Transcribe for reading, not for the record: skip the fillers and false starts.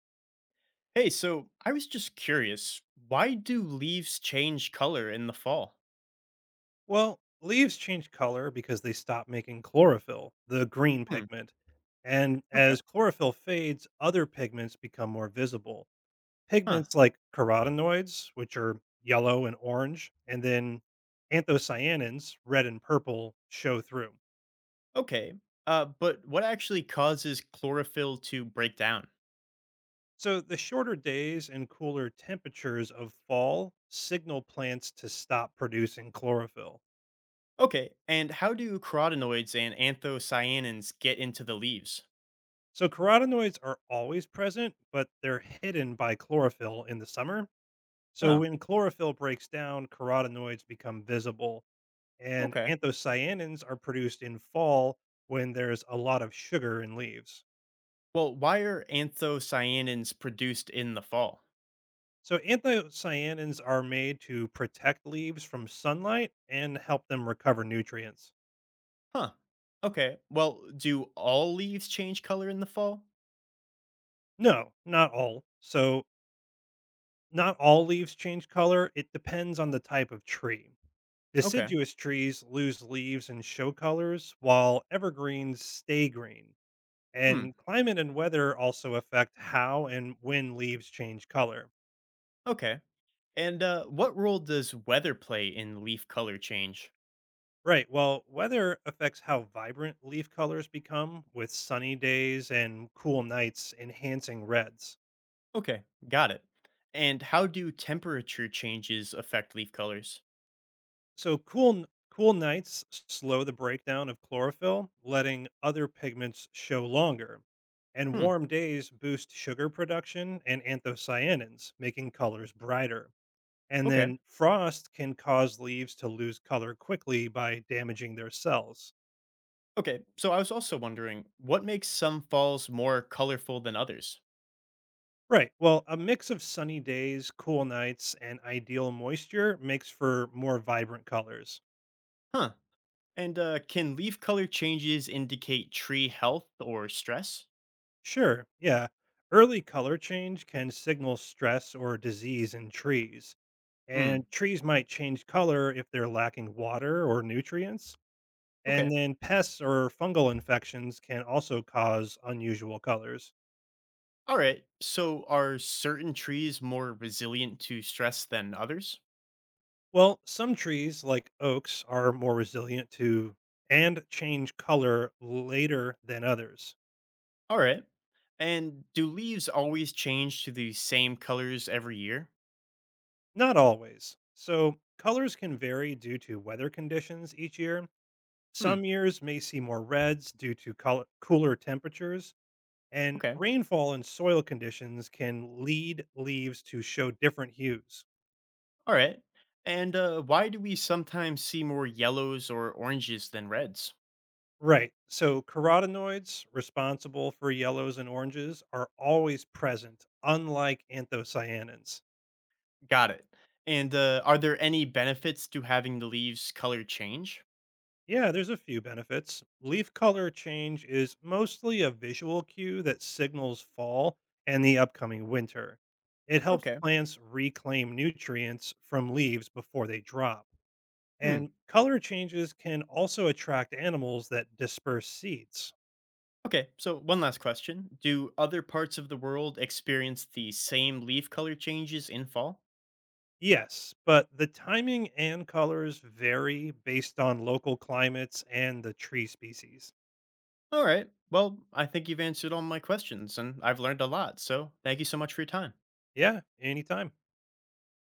Hey, so I was just curious, why do leaves change color in the fall? Well, leaves change color because they stop making chlorophyll, the green Hmm. pigment. And Okay. as chlorophyll fades, other pigments become more visible. Huh. Pigments like carotenoids, which are yellow and orange, and then anthocyanins, red and purple, show through. Okay. But what actually causes chlorophyll to break down? So the shorter days and cooler temperatures of fall signal plants to stop producing chlorophyll. Okay. And how do carotenoids and anthocyanins get into the leaves? So carotenoids are always present, but they're hidden by chlorophyll in the summer. So Oh. when chlorophyll breaks down, carotenoids become visible, and Okay. anthocyanins are produced in fall when there's a lot of sugar in leaves. Well, why are anthocyanins produced in the fall? So anthocyanins are made to protect leaves from sunlight and help them recover nutrients. Huh. Okay. Well, do all leaves change color in the fall? No, not all. So not all leaves change color. It depends on the type of tree. Okay. Deciduous trees lose leaves and show colors, while evergreens stay green. Hmm. And climate and weather also affect how and when leaves change color. Okay. And what role does weather play in leaf color change? Right. Well, weather affects how vibrant leaf colors become, with sunny days and cool nights enhancing reds. Okay, got it. And how do temperature changes affect leaf colors? So cool nights slow the breakdown of chlorophyll, letting other pigments show longer. And Hmm, warm days boost sugar production and anthocyanins, making colors brighter. And okay. then frost can cause leaves to lose color quickly by damaging their cells. Okay, so I was also wondering, what makes some falls more colorful than others? Right. Well, a mix of sunny days, cool nights, and ideal moisture makes for more vibrant colors. Huh. And can leaf color changes indicate tree health or stress? Sure, yeah. Early color change can signal stress or disease in trees, Hmm, and trees might change color if they're lacking water or nutrients. And okay. then pests or fungal infections can also cause unusual colors. All right, so are certain trees more resilient to stress than others? Well, some trees, like oaks, are more resilient to and change color later than others. All right. And do leaves always change to the same colors every year? Not always. So colors can vary due to weather conditions each year. Some Hmm, years may see more reds due to col cooler temperatures, and okay. rainfall and soil conditions can lead leaves to show different hues. All right. And why do we sometimes see more yellows or oranges than reds? Right. So carotenoids, responsible for yellows and oranges, are always present, unlike anthocyanins. Got it. And are there any benefits to having the leaves color change? Yeah, there's a few benefits. Leaf color change is mostly a visual cue that signals fall and the upcoming winter. It helps Okay. plants reclaim nutrients from leaves before they drop. Hmm. And color changes can also attract animals that disperse seeds. Okay. So, one last question. Do other parts of the world experience the same leaf color changes in fall? Yes, but the timing and colors vary based on local climates and the tree species. All right. Well, I think you've answered all my questions and I've learned a lot. So, thank you so much for your time. Yeah, anytime.